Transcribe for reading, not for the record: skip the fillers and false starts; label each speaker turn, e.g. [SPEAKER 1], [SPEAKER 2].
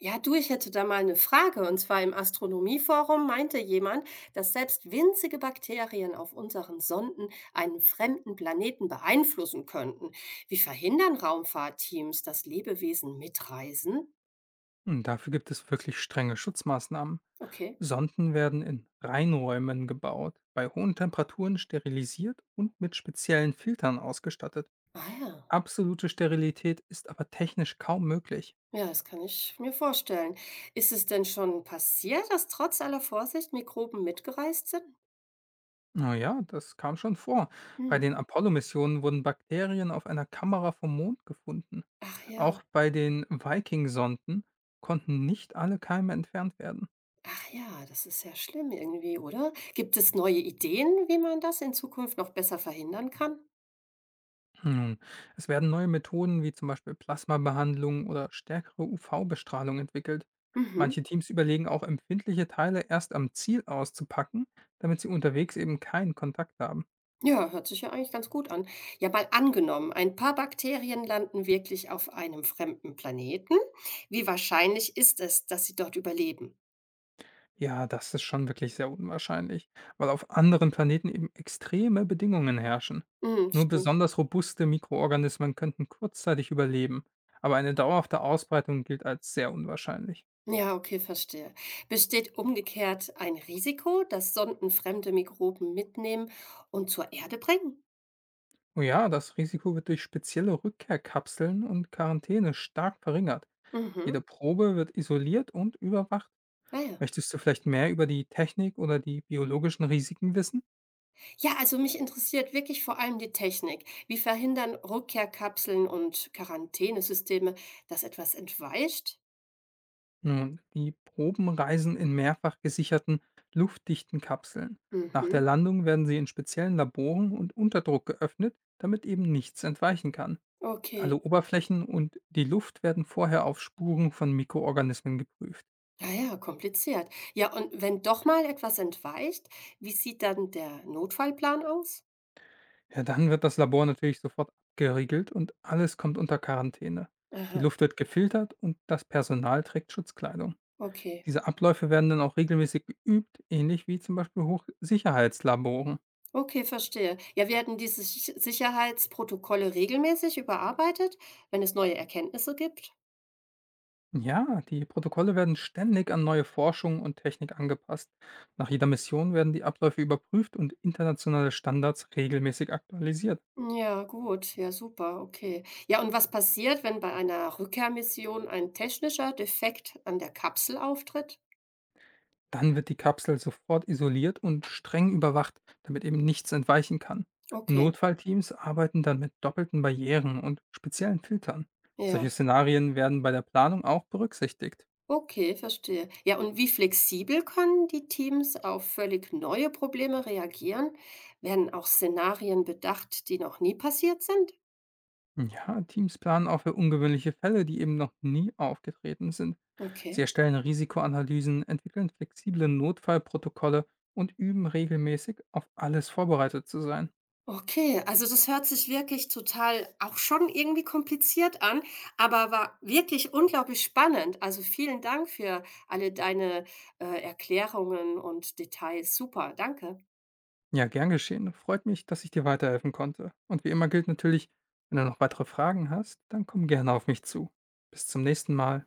[SPEAKER 1] Ja, du, ich hätte da mal eine Frage. Und zwar im Astronomieforum meinte jemand, dass selbst winzige Bakterien auf unseren Sonden einen fremden Planeten beeinflussen könnten. Wie verhindern Raumfahrtteams, dass Lebewesen mitreisen?
[SPEAKER 2] Hm, dafür gibt es wirklich strenge Schutzmaßnahmen.
[SPEAKER 1] Okay.
[SPEAKER 2] Sonden werden in Reinräumen gebaut, bei hohen Temperaturen sterilisiert und mit speziellen Filtern ausgestattet.
[SPEAKER 1] Ah ja.
[SPEAKER 2] Absolute Sterilität ist aber technisch kaum möglich.
[SPEAKER 1] Ja, das kann ich mir vorstellen. Ist es denn schon passiert, dass trotz aller Vorsicht Mikroben mitgereist sind?
[SPEAKER 2] Naja, das kam schon vor. Bei
[SPEAKER 1] Hm.
[SPEAKER 2] den Apollo-Missionen wurden Bakterien auf einer Kamera vom Mond gefunden.
[SPEAKER 1] Ach ja.
[SPEAKER 2] Auch bei den Viking-Sonden konnten nicht alle Keime entfernt werden.
[SPEAKER 1] Ach ja, das ist ja schlimm irgendwie, oder? Gibt es neue Ideen, wie man das in Zukunft noch besser verhindern kann?
[SPEAKER 2] Nun, es werden neue Methoden wie zum Beispiel Plasmabehandlung oder stärkere UV-Bestrahlung entwickelt.
[SPEAKER 1] Mhm.
[SPEAKER 2] Manche Teams überlegen auch, empfindliche Teile erst am Ziel auszupacken, damit sie unterwegs eben keinen Kontakt haben.
[SPEAKER 1] Ja, hört sich ja eigentlich ganz gut an. Ja, mal angenommen, ein paar Bakterien landen wirklich auf einem fremden Planeten. Wie wahrscheinlich ist es, dass sie dort überleben?
[SPEAKER 2] Ja, das ist schon wirklich sehr unwahrscheinlich, weil auf anderen Planeten eben extreme Bedingungen herrschen.
[SPEAKER 1] Mhm,
[SPEAKER 2] Nur
[SPEAKER 1] stimmt.
[SPEAKER 2] besonders robuste Mikroorganismen könnten kurzzeitig überleben, aber eine dauerhafte Ausbreitung gilt als sehr unwahrscheinlich.
[SPEAKER 1] Ja, okay, verstehe. Besteht umgekehrt ein Risiko, dass Sonden fremde Mikroben mitnehmen und zur Erde bringen?
[SPEAKER 2] Oh ja, das Risiko wird durch spezielle Rückkehrkapseln und Quarantäne stark verringert.
[SPEAKER 1] Mhm.
[SPEAKER 2] Jede Probe wird isoliert und überwacht.
[SPEAKER 1] Ah ja.
[SPEAKER 2] Möchtest du vielleicht mehr über die Technik oder die biologischen Risiken wissen?
[SPEAKER 1] Ja, also mich interessiert wirklich vor allem die Technik. Wie verhindern Rückkehrkapseln und Quarantänesysteme, dass etwas entweicht?
[SPEAKER 2] Nun, die Proben reisen in mehrfach gesicherten, luftdichten Kapseln. Nach der
[SPEAKER 1] Mhm.
[SPEAKER 2] Landung werden sie in speziellen Laboren und unter Druck geöffnet, damit eben nichts entweichen kann. Alle
[SPEAKER 1] Okay.
[SPEAKER 2] Oberflächen und die Luft werden vorher auf Spuren von Mikroorganismen geprüft.
[SPEAKER 1] Ja, ja, kompliziert. Ja, und wenn doch mal etwas entweicht, wie sieht dann der Notfallplan aus?
[SPEAKER 2] Ja, dann wird das Labor natürlich sofort abgeriegelt und alles kommt unter Quarantäne. Die
[SPEAKER 1] Aha,
[SPEAKER 2] Luft wird gefiltert und das Personal trägt Schutzkleidung.
[SPEAKER 1] okay.
[SPEAKER 2] Diese Abläufe werden dann auch regelmäßig geübt, ähnlich wie zum Beispiel Hochsicherheitslaboren.
[SPEAKER 1] Okay, verstehe. Ja, werden diese Sicherheitsprotokolle regelmäßig überarbeitet, wenn es neue Erkenntnisse gibt?
[SPEAKER 2] Ja, die Protokolle werden ständig an neue Forschung und Technik angepasst. Nach jeder Mission werden die Abläufe überprüft und internationale Standards regelmäßig aktualisiert.
[SPEAKER 1] Ja, gut. Ja, super. Okay. Ja, und was passiert, wenn bei einer Rückkehrmission ein technischer Defekt an der Kapsel auftritt?
[SPEAKER 2] Dann wird die Kapsel sofort isoliert und streng überwacht, damit eben nichts entweichen kann.
[SPEAKER 1] Okay.
[SPEAKER 2] Notfallteams arbeiten dann mit doppelten Barrieren und speziellen Filtern. Solche
[SPEAKER 1] Ja.
[SPEAKER 2] Szenarien werden bei der Planung auch berücksichtigt.
[SPEAKER 1] Okay, verstehe. Ja, und wie flexibel können die Teams auf völlig neue Probleme reagieren? Werden auch Szenarien bedacht, die noch nie passiert sind?
[SPEAKER 2] Ja, Teams planen auch für ungewöhnliche Fälle, die eben noch nie aufgetreten sind. Sie
[SPEAKER 1] Okay.
[SPEAKER 2] erstellen Risikoanalysen, entwickeln flexible Notfallprotokolle und üben regelmäßig, auf alles vorbereitet zu sein.
[SPEAKER 1] Okay, also das hört sich wirklich total auch schon irgendwie kompliziert an, aber war wirklich unglaublich spannend. Also vielen Dank für alle deine Erklärungen und Details. Super, danke.
[SPEAKER 2] Ja, gern geschehen. Freut mich, dass ich dir weiterhelfen konnte. Und wie immer gilt natürlich, wenn du noch weitere Fragen hast, dann komm gerne auf mich zu. Bis zum nächsten Mal.